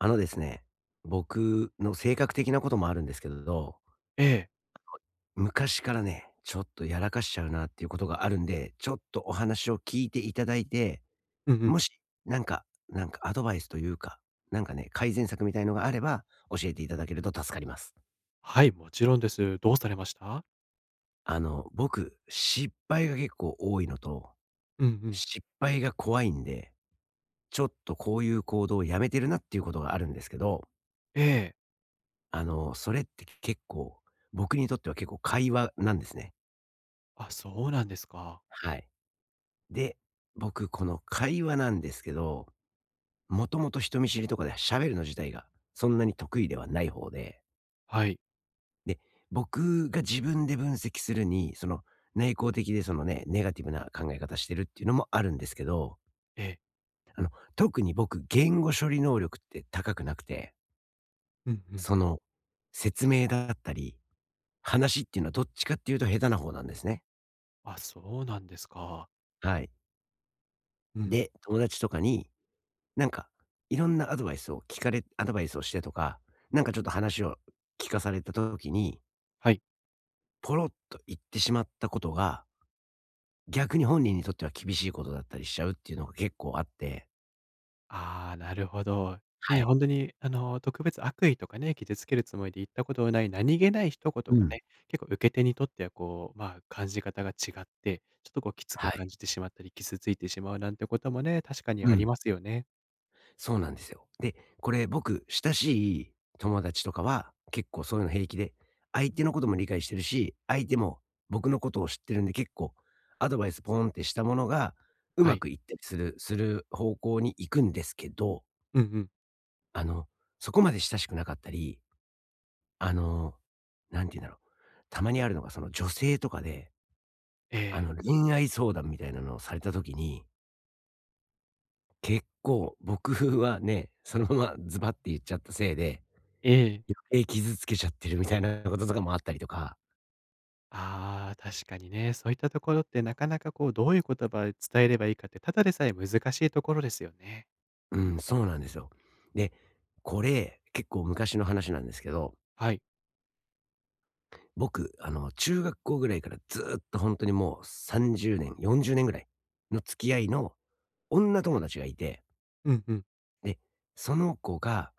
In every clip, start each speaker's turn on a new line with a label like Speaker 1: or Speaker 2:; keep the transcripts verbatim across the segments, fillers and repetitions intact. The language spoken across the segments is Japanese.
Speaker 1: あのですね、僕の性格的なこともあるんですけど、
Speaker 2: ええ。
Speaker 1: 昔からね、ちょっとやらかしちゃうなっていうことがあるんで、ちょっとお話を聞いていただいて、
Speaker 2: うんう
Speaker 1: も
Speaker 2: ん。
Speaker 1: し、なんか、なんかアドバイスというか、なんかね、改善策みたいのがあれば、教えていただけると助かります。
Speaker 2: はい、もちろんです。どうされました？
Speaker 1: あの、僕、失敗が結構多いのと、
Speaker 2: うんうん。
Speaker 1: 失敗が怖いんで、ちょっとこういう行動をやめてるなっていうことがあるんですけど、
Speaker 2: ええ。
Speaker 1: あの、それって結構、僕にとっては結構会話なんですね。
Speaker 2: あ、そうなんですか。
Speaker 1: はい。で、僕、この会話なんですけど、もともと人見知りとかで喋るの自体がそんなに得意ではない方で、
Speaker 2: はい。
Speaker 1: で、僕が自分で分析するに、その内向的でそのね、ネガティブな考え方してるっていうのもあるんですけど、
Speaker 2: ええ。
Speaker 1: あの、特に僕、言語処理能力って高くなくて、
Speaker 2: うんうん。
Speaker 1: その、説明だったり、話っていうのはどっちかっていうと下手な方なんですね。
Speaker 2: あ、そうなんですか。
Speaker 1: はい。
Speaker 2: うん、
Speaker 1: で、友達とかに、なんか、いろんなアドバイスを聞かれアドバイスをしてとか、なんかちょっと話を聞かされた時に、
Speaker 2: はい。
Speaker 1: ポロッと言ってしまったことが、逆に本人にとっては厳しいことだったりしちゃうっていうのが結構あって。
Speaker 2: ああ、なるほど。
Speaker 1: は
Speaker 2: ね、
Speaker 1: い。
Speaker 2: ほんとにあの、特別悪意とかね、傷つけるつもりで言ったことのない何気ない一言
Speaker 1: う
Speaker 2: が
Speaker 1: ん。
Speaker 2: ね、結構受け手にとってはこう、まあ、感じ方が違って、ちょっとこうきつ
Speaker 1: は
Speaker 2: く感
Speaker 1: い。
Speaker 2: じてしまったり、傷ついてしまうなんてこともね、確かに
Speaker 1: う
Speaker 2: あり
Speaker 1: ん。
Speaker 2: ますよね。
Speaker 1: そうなんですよ。で、これ僕、親しい友達とかは、結構そういうの平気で、相手のことも理解してるし、相手も僕のことを知ってるんで、結構アドバイスポーンってしたものが、う
Speaker 2: は
Speaker 1: ま
Speaker 2: い。
Speaker 1: くいったりするする方向に行くんですけど、
Speaker 2: うんうん。
Speaker 1: あの、そこまで親しくなかったり、あの、なんて言うんだろう。たまにあるのが、その女性とかで、
Speaker 2: え
Speaker 1: あ
Speaker 2: え。
Speaker 1: の、恋愛相談みたいなのをされた時に、結構僕はね、そのままズバって言っちゃったせいで、
Speaker 2: ええ。
Speaker 1: 余計傷つけちゃってるみたいなこととかもあったりとか。
Speaker 2: ああ、確かにね、そういったところってなかなかこう、どういう言葉で伝えればいいかって、ただでさえ難しいところですよね。
Speaker 1: うん、そうなんですよ。で、これ、結構昔の話なんですけど、
Speaker 2: はい。
Speaker 1: 僕、あの、中学校ぐらいからずっと本当にもうさんじゅうねん、よんじゅうねんぐらいの付き合いの女友達がいて、
Speaker 2: うんうん。
Speaker 1: で、その子が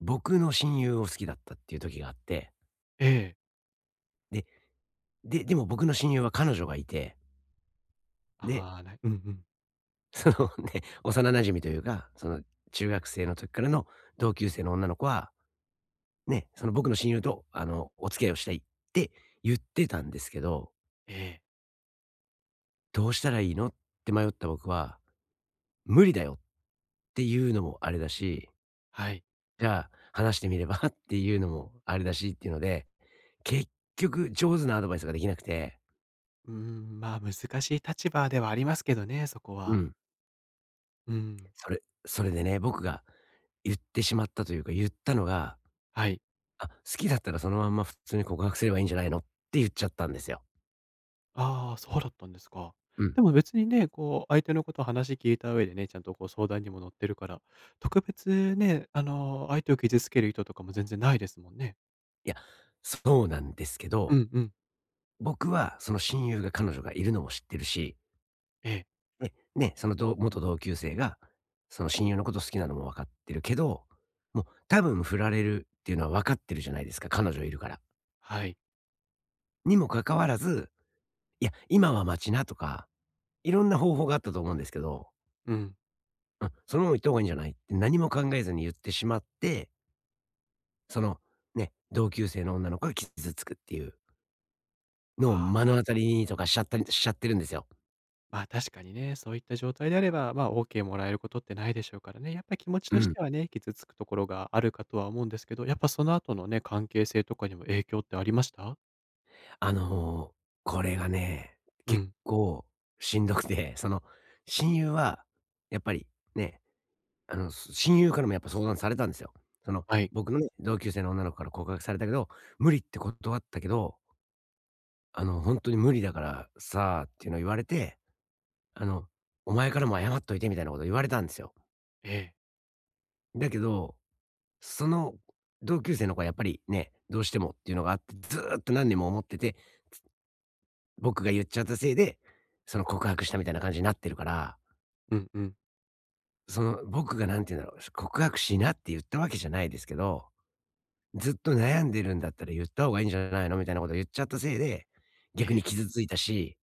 Speaker 1: 僕の親友を好きだったっていう時があって、
Speaker 2: ええ。
Speaker 1: で、で、でも僕の親友は彼女がいて、で、
Speaker 2: ああ、なうんうん。
Speaker 1: その ね、幼馴染というか、その中学生の時からの同級生の女の子は、ね、その僕の親友とあの、お付き合いをしたいって言ってたんですけど、
Speaker 2: ええ。
Speaker 1: どうしたらいいのって迷った僕は、無理だよっていうのもあれだし、
Speaker 2: はい。
Speaker 1: じゃあ話してみれば っていうのもあれだしっていうので、結局上手なアドバイスができなくて、
Speaker 2: うーん、まあ、難しい立場ではありますけどね、そこ
Speaker 1: う
Speaker 2: は。
Speaker 1: ん。
Speaker 2: うん。
Speaker 1: それそれでね、僕が言ってしまったというか、言ったのが、
Speaker 2: はい。
Speaker 1: 「あ、好きだったらそのまんま普通に告白すればいいんじゃないの？」って言っちゃったんですよ。
Speaker 2: ああ、そうだったんですか。
Speaker 1: うん。
Speaker 2: でも別にね、こう、相手のことを話聞いた上でね、ちゃんとこう、相談にも乗ってるから、特別ね、あの、相手を傷つける意図とかも全然ないですもんね。
Speaker 1: いや、そうなんですけ
Speaker 2: う
Speaker 1: ど、
Speaker 2: んうん。
Speaker 1: 僕はその親友が彼女がいるのも知ってるし、
Speaker 2: ええ。
Speaker 1: ね、ね、その同元同級生が、その親友のこと好きなのも分かってるけど、もう多分振られるっていうのは分かってるじゃないですか、彼女いるから。
Speaker 2: はい。
Speaker 1: にもかかわらず、いや、今は待ちなとか、いろんな方法があったと思うんですけど、
Speaker 2: うん。
Speaker 1: うん、そのまま行った方がいいんじゃないって何も考えずに言ってしまって、その、ね、同級生の女の子が傷つくっていうのを
Speaker 2: あ
Speaker 1: 目
Speaker 2: あ。
Speaker 1: の当たりにとかしちゃったりしちゃってるんですよ。
Speaker 2: まあ、確かにね、そういった状態であれば、まあ、オーケー もらえることってないでしょうからね。やっぱり気持ち
Speaker 1: う
Speaker 2: とし
Speaker 1: ん。
Speaker 2: てはね、傷つくところがあるかとは思うんですけど、やっぱその後のね、関係性とかにも影響ってありました？
Speaker 1: あの、これがね、
Speaker 2: う
Speaker 1: 結
Speaker 2: ん。
Speaker 1: 構しんどくて、その、親友はやっぱりね、あの、す親友からもやっぱ相談されたんですよ。その、
Speaker 2: はい。
Speaker 1: 僕のね、同級生の女の子から告白されたけど、無理って断ったけど、あの、本当に無理だからさっていうのを言われて、あの、お前からも謝っといてみたいなこと言われたんですよ。
Speaker 2: ええ。
Speaker 1: だけど、その同級生の子はやっぱりね、どうしてもっていうのがあって、ずーっと何年も思ってて、僕が言っちゃったせいで、その告白したみたいな感じになってるから、
Speaker 2: うんうん。
Speaker 1: その僕がなんて言うんだろう、告白しなって言ったわけじゃないですけど、ずっと悩んでるんだったら言った方がいいんじゃないのみたいなことを言っちゃったせいで、
Speaker 2: え
Speaker 1: 逆に
Speaker 2: え。
Speaker 1: 傷ついたし、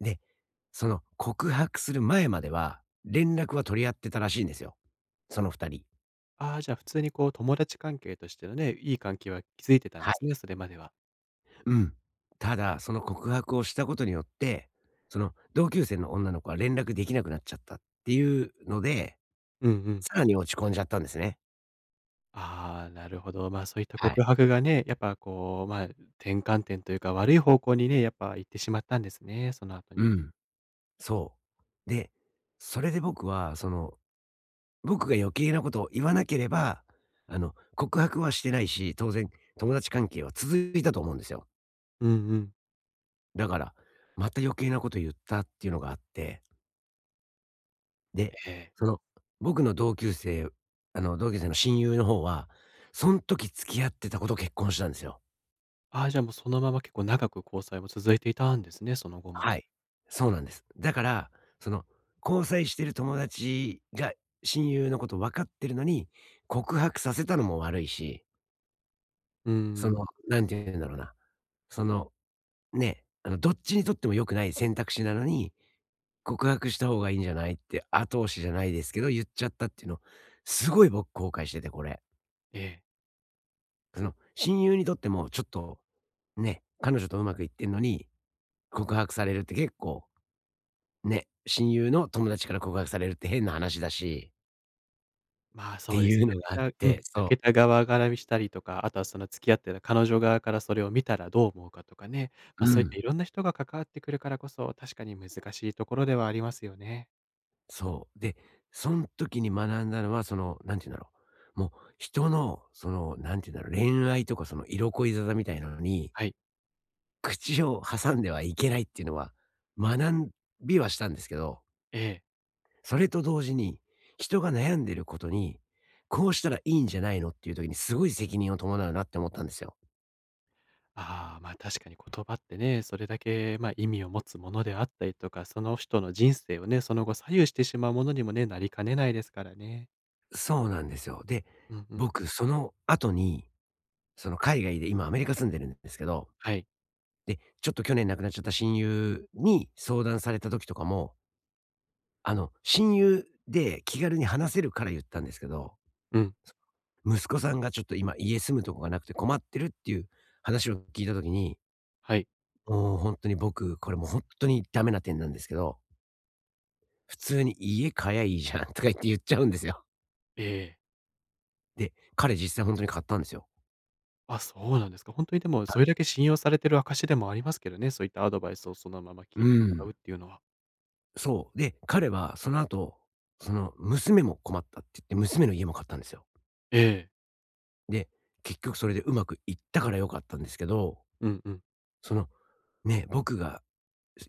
Speaker 1: で、その告白する前までは、連絡は取り合ってたらしいんですよ。その二人。
Speaker 2: ああ、じゃあ普通にこう、友達関係としてのね、いい関係は築いてたん
Speaker 1: は
Speaker 2: です
Speaker 1: い。
Speaker 2: ね、それまでは。
Speaker 1: うん。ただ、その告白をしたことによって、その同級生の女の子は連絡できなくなっちゃったっていうので、
Speaker 2: うんうん。
Speaker 1: さらに落ち込んじゃったんですね。
Speaker 2: ああ、なるほど。まあ、そういった
Speaker 1: は
Speaker 2: 告
Speaker 1: い。
Speaker 2: 白がね、やっぱこう、まあ、転換点というか、悪い方向にね、やっぱ行ってしまったんですね、その後
Speaker 1: う
Speaker 2: に。
Speaker 1: ん。そう。で、それで僕は、その、僕が余計なことを言わなければ、あの、告白はしてないし、当然友達関係は続いたと思うんですよ。
Speaker 2: うんうん。
Speaker 1: だから、また余計なこと言ったっていうのがあって、で、
Speaker 2: ええ。
Speaker 1: その、僕の同級生あの、同級生の親友の方は、そん時付き合ってた子と結婚したんですよ。
Speaker 2: ああ、じゃあもうそのまま結構長く交際も続いていたんですね、その後も。
Speaker 1: はい。そうなんです。だから、その、交際してる友達が親友のこと分かってるのに、告白させたのも悪いし、
Speaker 2: うー
Speaker 1: そ
Speaker 2: ん、
Speaker 1: の、なんて言うんだろうな、その、ね、あの、どっちにとっても良くない選択肢なのに、告白した方がいいんじゃないって後押しじゃないですけど、言っちゃったっていうの、すごい僕後悔してて、これ。
Speaker 2: ええ。
Speaker 1: その、親友にとってもちょっと、ね、彼女とうまくいってんのに、告白されるって結構、ね、親友の友達から告白されるって変な話だし、
Speaker 2: まあ、
Speaker 1: って
Speaker 2: そうです。
Speaker 1: いう
Speaker 2: 受
Speaker 1: の
Speaker 2: け
Speaker 1: があっ
Speaker 2: たうん、
Speaker 1: て、
Speaker 2: 受
Speaker 1: そう。
Speaker 2: けた側からしたりとか、あとはその付き合ってた彼女側からそれを見たらどう思うかとかね、ま、
Speaker 1: う
Speaker 2: そういっ
Speaker 1: ん、
Speaker 2: たいろんな人が関わってくるからこそ、確かに難しいところではありますよね。
Speaker 1: そう。で、そん時に学んだのは、その、なんて言うんだろう、もう人の、その、なんて言うんだろう、恋愛とかその色恋沙汰みたいなのに、
Speaker 2: はい、
Speaker 1: 口を挟んではいけないっていうのは、学びはしたんですけど、
Speaker 2: ええ。
Speaker 1: それと同時に、人が悩んでることに、こうしたらいいんじゃないのっていう時にすごい責任を伴うなって思ったんですよ。
Speaker 2: ああ、ま、確かに言葉ってね、それだけ、ま、意味を持つものであったりとか、その人の人生をね、その後左右してしまうものにもね、なりかねないですからね。
Speaker 1: そうなんですよ。で、
Speaker 2: うんうん。
Speaker 1: 僕その後に、その海外で今アメリカ住んでるんですけど、
Speaker 2: はい。
Speaker 1: で、ちょっと去年亡くなっちゃった親友に相談された時とかも、あの、親友で気軽に話せるから言ったんですけど、
Speaker 2: うん、
Speaker 1: 息子さんがちょっと今家住むとこがなくて困ってるっていう話を聞いた時に、
Speaker 2: はい。
Speaker 1: もう本当に僕、これもう本当にダメな点なんですけど、普通に家買やいいじゃんとか言って言っちゃうんですよ。
Speaker 2: ええ。
Speaker 1: で、彼実際本当に買ったんですよ。
Speaker 2: あ、そうなんですか。本当にでもそれだけ信用されてる証でもありますけどね、そういったアドバイスをそのまま聞い
Speaker 1: う
Speaker 2: てもらう
Speaker 1: ん。
Speaker 2: っていうのは。
Speaker 1: そう。で、彼はその後、その娘も困ったって言って、娘の家も買ったんですよ。
Speaker 2: ええ。
Speaker 1: で、結局それでうまくいったから良かったんですけど、
Speaker 2: うんうん。
Speaker 1: その、ね、僕が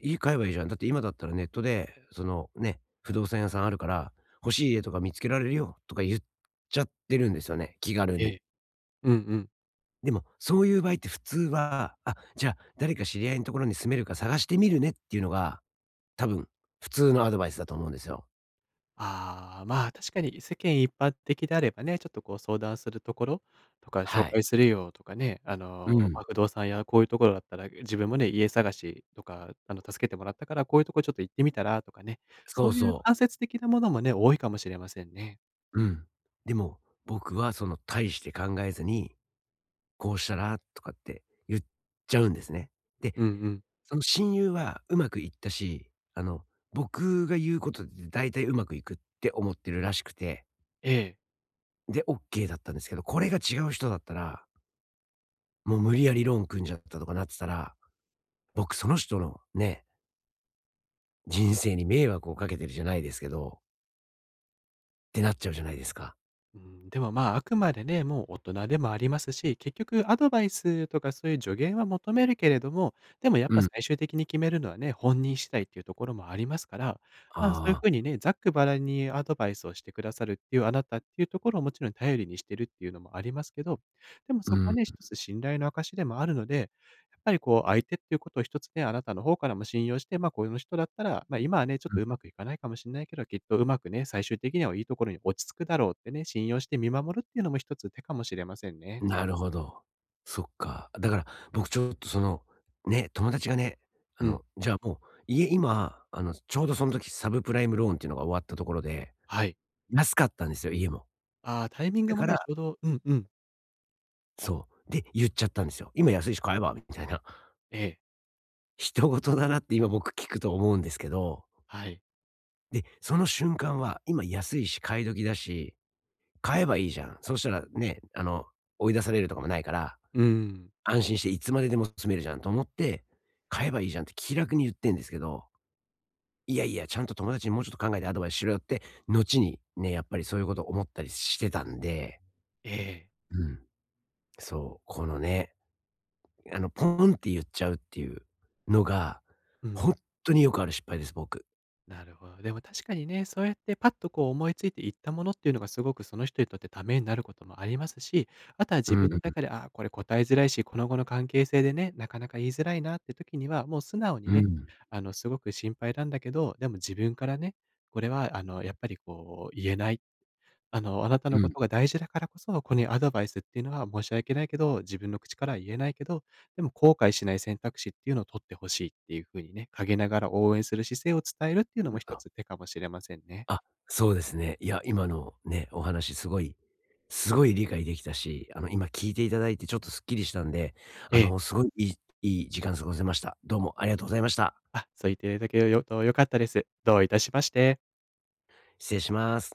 Speaker 1: 「家買えばいいじゃん。だって今だったらネットで、その、ね、不動産屋さんあるから、欲しい家とか見つけられるよ」とか言っちゃってるんですよね、気軽
Speaker 2: え
Speaker 1: に。
Speaker 2: え。うんうん。
Speaker 1: でも、そういう場合って普通は、あ、じゃあ、誰か知り合いのところに住めるか探してみるねっていうのが、多分、普通のアドバイスだと思うんですよ。
Speaker 2: ああ、まあ、確かに世間一般的であればね、ちょっとこう相談するところとか、
Speaker 1: は
Speaker 2: 紹
Speaker 1: い。
Speaker 2: 介するよとかね、あ
Speaker 1: う
Speaker 2: の、
Speaker 1: ん。
Speaker 2: ま、不動産やこういうところだったら、自分もね、家探しとか、あの、助けてもらったから、こういうところちょっと行ってみたらとかね、
Speaker 1: そ
Speaker 2: そ
Speaker 1: う
Speaker 2: ういう
Speaker 1: そ
Speaker 2: 間接的なものもね、多いかもしれませんね。
Speaker 1: う。うん。でも、僕はその大して考えずに、こうしたらとかって言っちゃうんですね。で、
Speaker 2: うんうん。
Speaker 1: その親友はうまくいったし、あの、僕が言うことで大体うまくいくって思ってるらしくて、
Speaker 2: ええ。
Speaker 1: で、オッケーだったんですけど、これが違う人だったら、もう無理やりローン組んじゃったとかなってたら、僕その人のね、人生に迷惑をかけてるじゃないですけど、ってなっちゃうじゃないですか。
Speaker 2: うん、でもまあ、あくまでね、もう大人でもありますし、結局アドバイスとかそういう助言は求めるけれども、でもやっ
Speaker 1: う
Speaker 2: ぱ
Speaker 1: ん。
Speaker 2: 最終的に決めるのはね、本人次第っていうところもありますから、まあそういう
Speaker 1: あ
Speaker 2: ふ
Speaker 1: あ、
Speaker 2: うにね、ざっくばらんにアドバイスをしてくださるっていうあなたっていうところをもちろん頼りにしてるっていうのもありますけど、でも
Speaker 1: うん、
Speaker 2: そこ
Speaker 1: う
Speaker 2: はね、
Speaker 1: ん。
Speaker 2: 一つ信頼の証でもあるので、ぱりこう相手っていうことを一つね、あなたの方からも信用して、ま、あこの人だったら、ま、あ今はね、ちょっとうまくいかないかもしれないけど、きっとうまくね、最終的にはいいところに落ち着くだろうってね、信用して見守るっていうのも一つ手かもしれませんね。
Speaker 1: なるほど。そっか。だから僕ちょっとその、ね、友達がね、あ
Speaker 2: う
Speaker 1: の、
Speaker 2: ん、
Speaker 1: じゃあもう、家今、あの、ちょうどその時サブプライムローンっていうのが終わったところで、
Speaker 2: はい。
Speaker 1: 安かったんですよ、家も。
Speaker 2: ああ、タイミン
Speaker 1: だ
Speaker 2: グも
Speaker 1: か
Speaker 2: ね、ち
Speaker 1: ら
Speaker 2: ょうどうんうん。
Speaker 1: そう。で、言っちゃったんですよ。今安いし買えばみたいな。
Speaker 2: ええ、
Speaker 1: 人事だなって今僕聞くと思うんですけど、
Speaker 2: はい。
Speaker 1: で、その瞬間は今安いし買い時だし買えばいいじゃん。そしたらね、あの、追い出されるとかもないから、
Speaker 2: うん。
Speaker 1: 安心していつまででも住めるじゃんと思って、買えばいいじゃんって気楽に言ってんですけど、いやいや、ちゃんと友達にもうちょっと考えてアドバイスしろよって、後にね、やっぱりそういうこと思ったりしてたんで、
Speaker 2: ええ、
Speaker 1: うん、そう、このね、あの、ポンって言っちゃうっていうのが、
Speaker 2: う
Speaker 1: ほん
Speaker 2: ん。
Speaker 1: とによくある失敗です、僕。
Speaker 2: なるほど。でも確かにね、そうやってパッとこう思いついていったものっていうのがすごくその人にとってためになることもありますし、あとは
Speaker 1: う
Speaker 2: 自
Speaker 1: ん、
Speaker 2: 分の中で、ああ、これ答えづらいし、この後の関係性でね、なかなか言いづらいなって時には、もう素直
Speaker 1: う
Speaker 2: にね、
Speaker 1: ん、
Speaker 2: あの、すごく心配なんだけど、でも自分からね、これはあの、やっぱりこう言えない。あの、あなた
Speaker 1: う
Speaker 2: のこ
Speaker 1: ん。
Speaker 2: とが大事だからこそ、ここにアドバイスっていうのは申し訳ないけど、自分の口からは言えないけど、でも後悔しない選択肢っていうのを取ってほしいっていう風にね、陰ながら応援する姿勢を伝えるっていうのも一つ手かもしれませんね。
Speaker 1: あ、そうですね。いや、今のね、お話すごい、すごい理解できたし、あの、今聞いていただいてちょっとスッキリしたんで、あ
Speaker 2: ええ。
Speaker 1: の、すごいいいいい時間過ごせました。どうもありがとうございました。
Speaker 2: あ、そう言っていただけるよと良かったです。どういたしまして。
Speaker 1: 失礼します。